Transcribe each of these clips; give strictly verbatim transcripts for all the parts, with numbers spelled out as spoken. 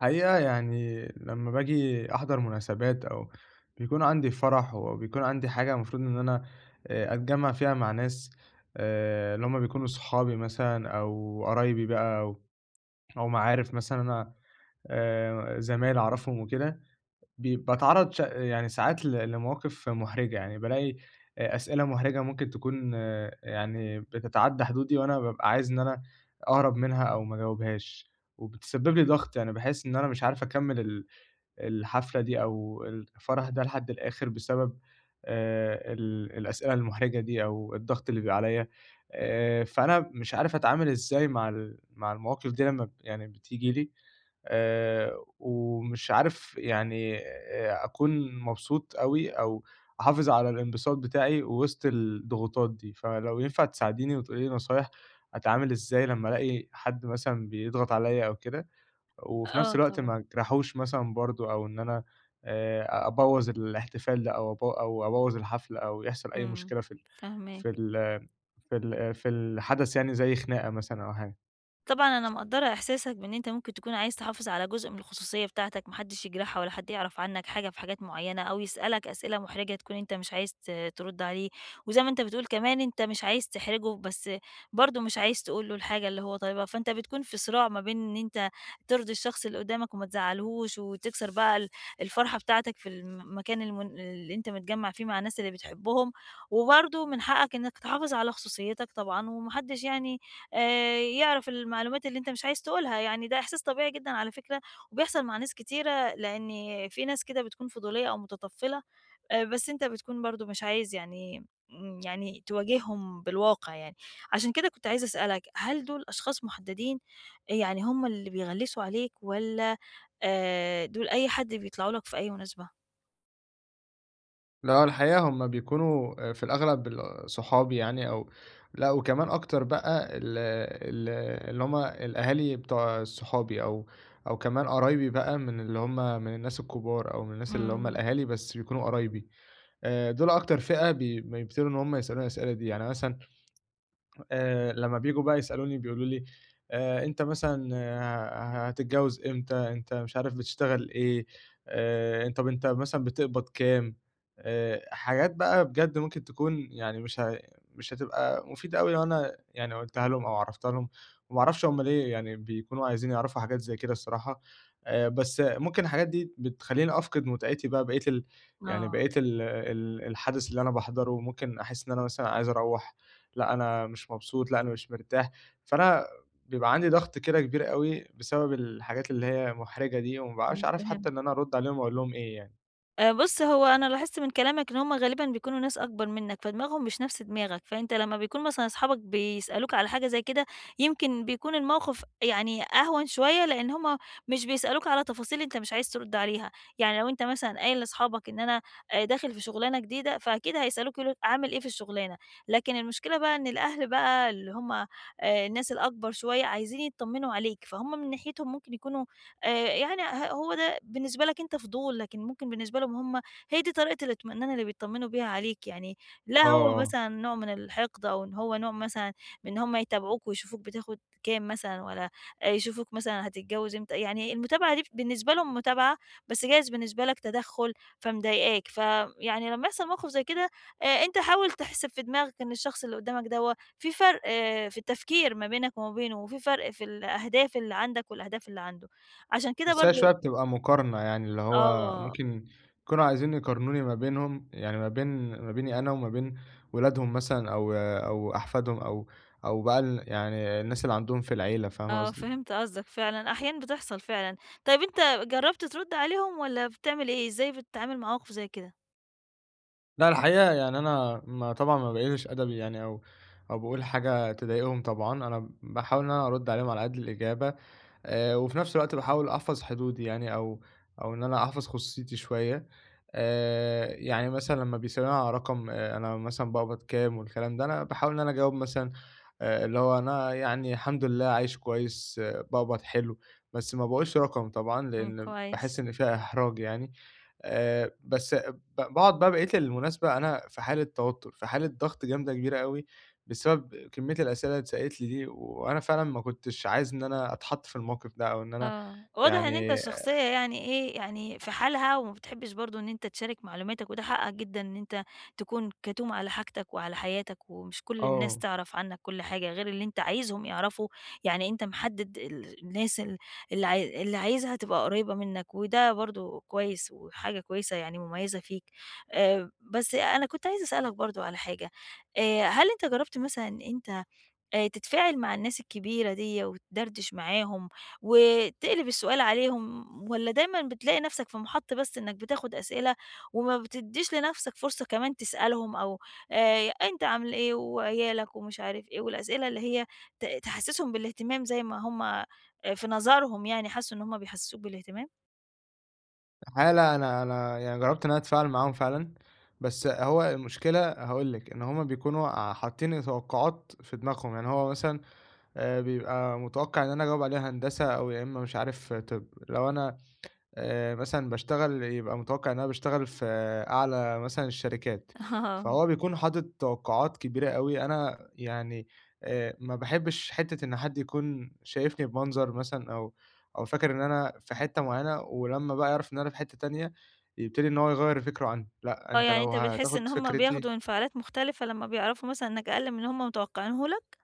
حقيقة يعني لمّا باجي أحضر مناسبات أو بيكون عندي فرح، وبيكون عندي حاجة المفروض إن أنا آآ أتجمّع فيها مع ناس آآ اللي هم بيكونوا صحابي مثلًا أو قرايبي بقى أو أو معارف مثلًا، أنا آآ زمايل أعرفهم وكده، بي باتعرّض ش يعني ساعات ل لمواقف مُحرجة، يعني بالاقي أ أسئلة مُحرجة ممكن تكون، آه، يعني بتتعدّى حدودي، وأنا بابقى عايز إن أنا أهرب منها أو ما أجاوبهاش، وبتسبب لي ضغط، يعني باحس إن أنا مش عارف أكمّل ال الحفلة دي أو الفرح ده لحد الآخر بسبب آآ ال الأسئلة المحرجة دي أو الضغط اللي بيبقى عليّا. آآ فأنا مش عارف أتعامل إزاي مع ال مع المواقف دي لمّا ب يعني بتيجي لي، آآ ومش عارف يعني آآ أكون مبسوط أوي، أو أحافظ على الانبساط بتاعي وسط الضغوطات دي. فلو ينفع تساعديني وتقولي لي نصايح أتعامل إزاي لمّا ألاقي حد مثلًا بيضغط عليّا أو كده؟ وفي نفس آه الوقت طبعًا، ما اجرحوش مثلًا برضه، أو إن أنا آآ أبوّظ الاحتفال ده، أو أب أو أبوّظ الحفلة، أو يحصل أي إمم، مشكلة في ال في فاهماك. ال في ال في الحدث يعني زي خناقة مثلًا أو حاجة. طبعًا أنا مقدّرة إحساسك بإن أنت ممكن تكون عايز تحافظ على جزء من الخصوصية بتاعتك، ما حدش يجرحها ولا حد يعرف عنك حاجة في حاجات معيّنة، أو يسألك أسئلة محرجة تكون أنت مش عايز ت ترُد عليه، وزي ما أنت بتقول كمان أنت مش عايز تحرجه، بس برضه مش عايز تقول له الحاجة اللي هو طالبها، فأنت بتكون في صراع ما بين إن أنت ترضي الشخص اللي قدّامك وما تزعّلهوش، وتكسر بقى ال الفرحة بتاعتك في المكان المن اللي أنت متجمّع فيه مع الناس اللي بتحبهم، وبرضه من حقك إنك تحافظ على خصوصيتك طبعًا، وما حدش يعني آآ يعرف المعلومات اللي أنت مش عايز تقولها، يعني ده إحساس طبيعي جدًا على فكرة، وبيحصل مع ناس كتيرة، لإن في ناس كده بتكون فضولية أو متطفلة، آآ بس أنت بتكون برضه مش عايز يعني امم، يعني تواجههم بالواقع يعني. عشان كده كنت عايزة أسألك، هل دول أشخاص محددين، يعني هم اللي بيغلسوا عليك والّا آآ دول أي حد بيطلعوا لك في أي مناسبة؟ لأ، الحقيقة هم بيكونوا آآ في الأغلب ال صحابي يعني، أو لأ، وكمان أكتر بقى ال ال اللي هم الأهالي بتوع صحابي، أو أو كمان قرايبي بقى، من اللي هم من الناس الكبار، أو من الناس اللي هم إمم، الأهالي بس بيكونوا قرايبي. آآ دول أكتر فئة بي بيبتدوا إن هم يسألوني الأسئلة دي، يعني مثلًا آآ لمّا بييجوا بقى يسألوني بيقولوا لي: "آآ أنت مثلًا، آه، ه هتتجوّز إمتى، أنت مش عارف بتشتغل إيه، آآ طَب أنت مثلًا بتقبض كام؟» آآ حاجات بقى بجد ممكن تكون يعني مش ه مش هتبقى مفيدة أوي لو أنا يعني قُلتها لهم أو عرّفتها لهم، وما اعرفش هم ليه يعني بيكونوا عايزين يعرفوا حاجات زي كده الصراحة. آآ بس ممكن الحاجات دي بتخلّيني أفقد متعتي بقى، بقية ال يعني آه، بقية ال ال الحدث اللي أنا باحضره، ممكن أحس إن أنا مثلًا عايز أروّح. لأ، أنا مش مبسوط، لأ، أنا مش مرتاح، فأنا بيبقى عندي ضغط كده كبير أوي بسبب الحاجات اللي هي مُحرجة دي، وما بابقاش إمم، عارف حتى فهمت. إن أنا أرُد عليهم وأقول لهم إيه يعني. آآ بُص، هو أنا لاحظت من كلامك إن هُم غالبًا بيكونوا ناس أكبر منّك، فدماغهم مش نفس دماغك، فأنت لمّا بيكون مثلًا أصحابك بيسألوك على حاجة زي كده، يمكن بيكون الموقف يعني أهون شوية، لإن هُم مش بيسألوك على تفاصيل أنت مش عايز ترُد عليها، يعني لو أنت مثلًا قايل لأصحابك إن أنا آآ داخل في شغلانة جديدة، فأكيد هيسألوك يقولوا لك عامل إيه في الشغلانة، لكن المشكلة بقى إن الأهل بقى اللي هُم آآ الناس الأكبر شوية عايزين يتطمنوا عليك، فهُم من ناحيتهم ممكن يكونوا آآ يعني ه هو ده ده بالنسبة لك أنت فضول، لكن ممكن بالنسبة لهم هم هي دي طريقة الاطمئنان اللي بيطمنوا بيها عليك يعني، لا آه، هو آه. مثلًا نوع من الحقد أو إن هو نوع مثلًا من إن هم يتابعوك ويشوفوك بتاخد كام مثلًا، والّا يشوفوك مثلًا هتتجوز إمتى، يعني المتابعة دي بالنسبة لهم متابعة، بس جايز بالنسبة لك تدخُّل فمضايقاك، فيعني لمّا يحصل موقف زي كده آآ، أنت حاول تحسب في دماغك إن الشخص اللي قدامك دوّة في فرق آه، في التفكير ما بينك وما بينه، وفي فرق في الأهداف اللي عندك والأهداف اللي عنده، عشان كده بس هي شوية برضه بتبقى مقارنة يعني، اللي هو آه، ممكن يكونوا عايزين يقارنوني ما بينهم، يعني ما بين ما بيني أنا وما بين ولادهم مثلًا أو أو أحفادهم، أو أو بقى ال يعني الناس اللي عندهم في العيلة، فاهمة آه، قصدي؟ فهمت قصدك فعلًا، أحيانًا بتحصل فعلًا. طيب أنت جرّبت ترُد عليهم والّا بتعمل إيه؟ إزاي بتتعامل مع مواقف زي كده؟ لأ، الحقيقة يعني أنا ما طبعًا ما باقلش أدبي يعني، أو أو باقول حاجة تضايقهم طبعًا، أنا باحاول إن أنا أرُد عليهم على قد الإجابة، آآ وفي نفس الوقت باحاول أحفظ حدودي يعني، أو أو إن أنا أحفظ خصوصيتي شوية. آآ يعني مثلًا لمّا بيسألوني على رقم، آآ أنا مثلًا باقبض كام والكلام ده، أنا باحاول إن أنا أجاوب مثلًا، آآ اللي هو أنا يعني الحمد لله عايش كويس، باقبض حلو، بس ما باقولش رقم طبعًا، إمم، لإن كويس. باحس إن فيها إحراج يعني. آآ بس ب باقعد بقى بقية المناسبة أنا في حالة توتر، في حالة ضغط جامدة كبيرة أوي بسبب كمية الأسئلة اللي اتسألت لي دي، وأنا فعلًا ما كنتش عايز إن أنا أتحط في الموقف ده، أو إن أنا آه، واضح إن أنت يعني شخصية يعني إيه، يعني في حالها وما بتحبّش برضه إن أنت تشارك معلوماتك وده حقّك جدًا إن أنت تكون كتوم على حاجتك وعلى حياتك ومش كل الناس آه، تعرف عنّك كل حاجة غير اللي أنت عايزهم يعرفوا، يعني أنت محدِّد ال الناس ال اللي عاي اللي عايزها تبقى قريّبة منّك وده برضه كويس وحاجة كويسة يعني مميّزة فيك. آآ، بس أنا كنت عايزة أسألك برضه على حاجة، آآ، هل أنت جرّبت مثلًا أنت آآ تتفاعل مع الناس الكبيرة ديّة وتدردش معاهم، وتقلب السؤال عليهم والّا دايمًا بتلاقي نَفْسك في محَط بس إنّك بتاخُد أسئلة وما بتدّيش لنَفْسك فرصة كمان تسألهم أو آآ أنت عامل إيه وعيالك ومش عارف إيه والأسئلة اللي هي ت تحسِّسهم بالاهتمام زي ما هم آآ في نظرهم يعني حسّوا إن هم بيحسّسوك بالاهتمام؟ حالة أنا أنا يعني جرّبت إن أنا أتفاعل معاهم فعلًا، بس هو المشكلة هاقول لِك، إن هُم بيكونوا ع حاطين توقعات في دماغهم، يعني هو مثلًا آآ، بيبقى متوقع إن أنا أجاوب عليه هندسة، أو يا إما مش عارف طِب، لو أنا آآ مثلًا باشتغل، يبقى متوقع إن أنا باشتغل في آه، أعلى مثلًا الشركات، آه. فهو بيكون حاطط توقعات كبيرة أوي. أنا يعني آآ ما باحبش حتّة إن حد يكون شايفني بمنظر مثلًا، أو أو فاكر إن أنا في حتّة معيّنة، ولمّا بقى يعرف إن أنا في حتّة تانية يبتدي إن هو يغيّر فكره عنّي، لأ، آه. أنت يعني لو أنت بتحس إن هتاخد هم فكرتي بياخدوا انفعالات مختلفة لمّا بيعرفوا مثلًا إنّك أقل من اللي هم متوقعينه لك؟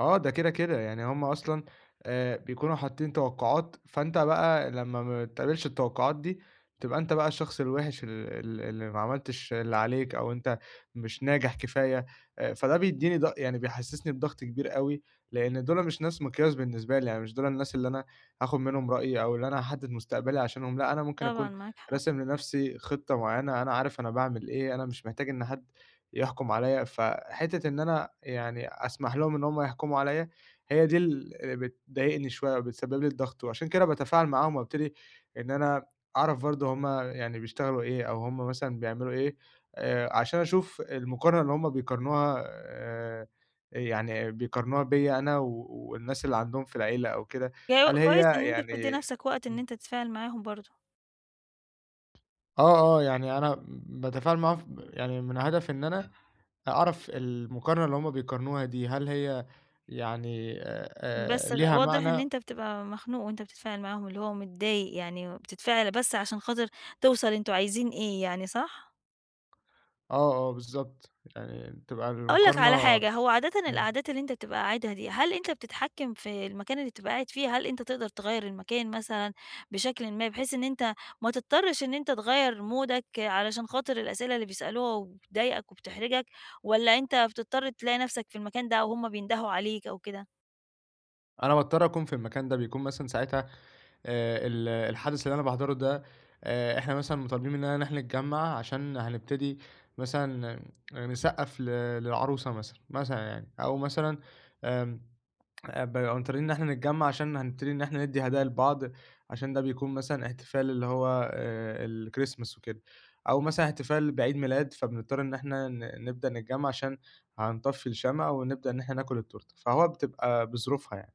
آه، ده كده، كده، يعني هم أصلًا آآ بيكونوا حاطين توقعات، فأنت بقى لمّا ما بتقابلش التوقعات دي، تبقى أنت بقى الشخص الوِحِش ال ال اللي ما عملتش اللي عليك، أو أنت مش ناجح كفاية. آآ فده بيدّيني ض يعني بيحسّسني بضغط كبير أوي، لإن دُول مش ناس مقياس بالنسبة لي، يعني مش دُول الناس اللي أنا هاخُد منهم رأيي، أو اللي أنا هاحدِّد مستقبلي عشانهم. لأ، أنا ممكن طبعًا أكون معاك حق. راسم لنَفْسي خطة معيّنة، أنا عارف أنا باعمل إيه، أنا مش محتاج إن حد يحكم عليَّ، فحتّة إن أنا يعني أسمح لهم إن هم يحكموا عليَّ، هي دي ال اللي بتضايقني شوية وبتسبب لي الضغط، وعشان كده باتفاعل معاهم وابتدي إن أنا أعرف برضه هم يعني بيشتغلوا إيه، أو هم مثلًا بيعملوا إيه، آآ عشان أشوف المقارنة اللي هم بيقارنوها آآ يعني بيقارنوها بيّا أنا و والناس اللي عندهم في العيلة أو كده، يا هل كويس هي إن أنت بتدّي يعني نَفْسك وقت إن إمم. أنت تتفاعل معاهم برضه، آه، آه، يعني أنا باتفاعل معاها ف يعني من هدف إن أنا أعرف المقارنة اللي هُم بيقارنوها دي، هل هي يعني آآ، بس غ ليها واضح إن معنى؟ أنت بتبقى مخنوق وأنت بتتفاعل معاهم، اللي هو متضايق يعني بتتفاعل بس عشان خاطر توصل أنتم عايزين إيه يعني، صح؟ آه، آه، بالضبط، يعني تبقى أقول لك على المقارنة. حاجة، هو عادةً إمم، القعدات اللي أنت بتبقى قاعدها دي، هل أنت بتتحكم في المكان اللي بتبقى قاعد فيه؟ هل أنت تقدر تغيّر المكان مثلًا بشكلٍ ما، بحيث إن أنت ما تضطرش إن أنت تغيّر مودك علشان خاطر الأسئلة اللي بيسألوها وبتضايقك وبتحرجك، والّا أنت بتضطر تلاقي نَفْسك في المكان ده وهُم بيندهوا عليك أو كده؟ أنا باضطر أكون في المكان ده، بيكون مثلًا ساعتها آآ، ال الحدث اللي أنا باحضره ده، آآ، إحنا مثلًا مطالبين مننا إن إحنا نتجمّع عشان هنبتدي مثلًا نسقّف ل للعروسة مثلًا، مثلًا يعني، أو مثلًا آمم آآ ب مقنطرين إن إحنا نتجمّع عشان هنبتدي إن إحنا ندّي هدايا لبعض، عشان ده بيكون مثلًا احتفال اللي هو آآ الChristmas وكده، أو مثلًا احتفال بعيد ميلاد، فبنضطر إن إحنا ن نبدأ نتجمّع عشان هنطفّي الشمع ونبدأ إن إحنا ناكل التورتة، فهو بتبقى بظروفها يعني.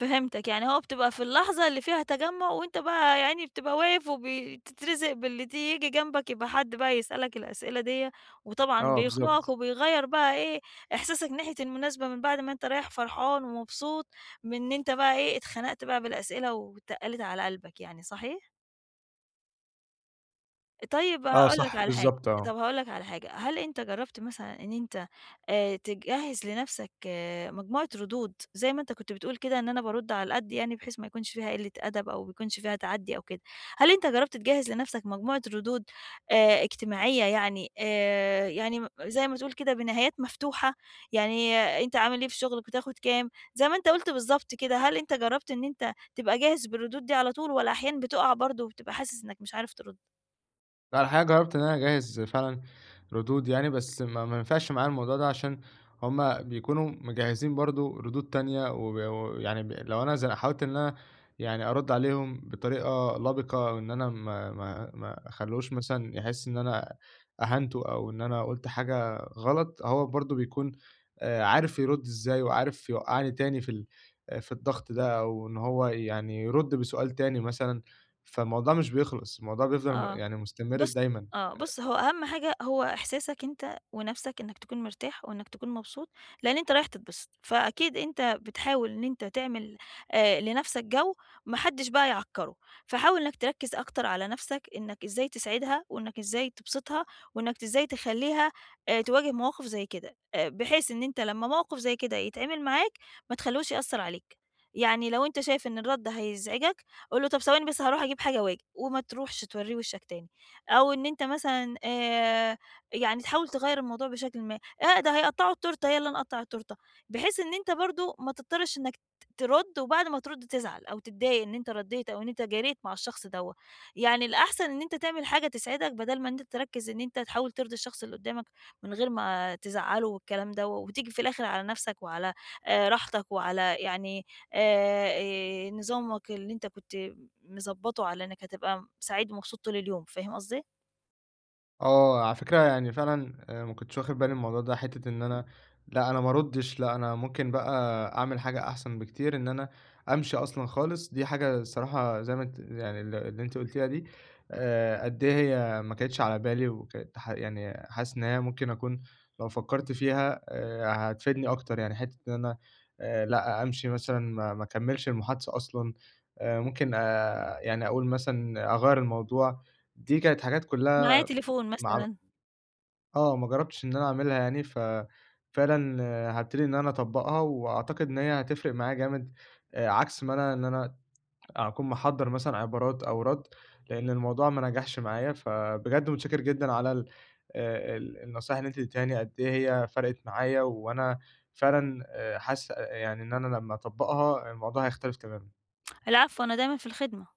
فهمتك، يعني هو بتبقى في اللحظة اللي فيها تجمُّع وأنت بقى يا عيني بتبقى واقف وبتترزق باللي ت ييجي جنبك، يبقى حد بقى يسألك الأسئلة ديّة، وطبعًا آه بيخنقك بالضبط. وبيغيّر بقى إيه، إحساسك ناحية المناسبة من بعد ما أنت رايح فرحان ومبسوط من إن أنت بقى إيه، اتخنقت بقى بالأسئلة واتقّلت على قلبك يعني، صحيح؟ طيب آه هاقول لك صح، على حاجة، بالضبط آه. طب هاقول لك على حاجة، هل أنت جرّبت مثلًا إن أنت آآ تجهّز لنَفْسك آه، مجموعة ردود، زي ما أنت كنت بتقول كده إن أنا بارُد على القد يعني بحيث ما يكونش فيها قِلّة أدب أو ما يكونش فيها تعدّي أو كده، هل أنت جرّبت تجهّز لنَفْسك مجموعة ردود آآ اجتماعية يعني آآ يعني م زي ما تقول كده بنهايات مفتوحة، يعني آه، أنت عامل إيه في شُغلك بتاخد كام، زي ما أنت قُلت بالضبط كده، هل أنت جرّبت إن أنت تبقى جاهز بالردود دي على طول والّا أحيانًا بتُقع برضه وبتبقى حاسس إنّك مش عارف ترُد؟ لأ، الحقيقة جرّبت إن أنا أجهّز فعلًا ردود يعني، بس ما ما ينفعش معايا الموضوع ده، عشان هم بيكونوا مجهّزين برضه ردود تانية، وب ويعني ب لو أنا ز حاولت إن أنا يعني أرُد عليهم بطريقة لبِقة، أو إن أنا ما ما ما أخلّوش مثلًا يحِس إن أنا أهَنته، أو إن أنا قُلت حاجة غلط، هو برضه بيكون آآ عارف يرُد إزاي، وعارف يوقّعني تاني في ال آه، في الضغط ده، أو إن هو يعني يرُد بسؤال تاني مثلًا، فالموضوع مش بيخلص، الموضوع بيفضل م آه. يعني مستمر بُص دايمًا. آه، بُص هو أهم حاجة هو إحساسك أنت ونَفْسك إنّك تكون مرتاح وإنّك تكون مبسوط، لإن أنت رايح تتبسط، فأكيد أنت بتحاول إن أنت تعمل آآ لنَفْسك جو ما حدّش بقى يعكّره، فحاول إنّك تركّز أكتر على نَفْسك إنّك إزاي تسعدها وإنّك إزاي تبسطها وإنّك إزاي تخلّيها آآ تواجه مواقف زي كده، آآ بحيث إن أنت لمّا موقف زي كده يتعمل معاك ما تخلّوش يأثّر عليك، يعني لو أنت شايف إن الرَد هيزعجك قُل له طَب ثواني بس هاروح أجيب حاجة وآجي وما تروحش تورّيه وشّك تاني. أو إن أنت مثلًا آآ، يعني تحاول تغيّر الموضوع بشكلٍ ما، آآ، ده هيقطّعوا التورتة، يالّا نقطّع التورتة، بحيث إن أنت برضه ما تضطرش إنك ت ترُد وبعد ما ترُد تزعل أو تتضايق إن أنت ردّيت أو إن أنت جريت مع الشخص دوّة، يعني الأحسن إن أنت تعمل حاجة تسعدك بدل ما إن أنت تركّز إن أنت تحاول ترضي الشخص اللي قدّامك من غير ما تزعّله والكلام دوّة، وتيجي في الآخر على نَفْسك وعلى آآ، راحتك وعلى يعني آآ، نظامك اللي أنت كنت مضبّطه على إنك هتبقى م سعيد ومبسوط طول اليوم، فاهم قصدي؟ آه، على فكرة يعني فعلًا آآ ما كنتش واخد بالي من الموضوع ده، حتّة إن أنا، لأ، أنا ما أردّش، لأ، أنا ممكن بقى أعمل حاجة أحسن بكتير، إن أنا أمشي أصلًا خالص، دي حاجة الصراحة زي ما أنتِ يعني ال اللي أنتِ قُلتيها دي، آآ قد إيه هي ما كانتش على بالي، وكانت ح يعني حاسس إن هي ممكن أكون لو فكّرت فيها آآ هتفيدني أكتر، يعني حتّة إن أنا آآ لأ، أمشي مثلًا، ما ما أكمّلش المحادثة أصلًا، آآ ممكن آآ يعني أقول مثلًا أغيّر الموضوع، دي كانت حاجات معايا كُلّها تليفون ما عم مثلًا، آه، ما جرّبتش إن أنا أعملها يعني. ف فعلًا هابتدي إن أنا أطبّقها، وأعتقد إن هي هتفرق معايا جامد، آآ عكس ما أنا إن أنا أكون محضّر مثلًا عبارات أو رَد، لإن الموضوع ما نجحش معايا. فبجد متشكر جدًا على ال آآ ال النصايح اللي أنتِ اديتيها لي قد إيه هي فرقت معايا، وأنا فعلًا آآ حاسس آه، يعني إن أنا لمّا أطبّقها الموضوع هيختلف تمامًا. العفو أنا دايمًا في الخدمة.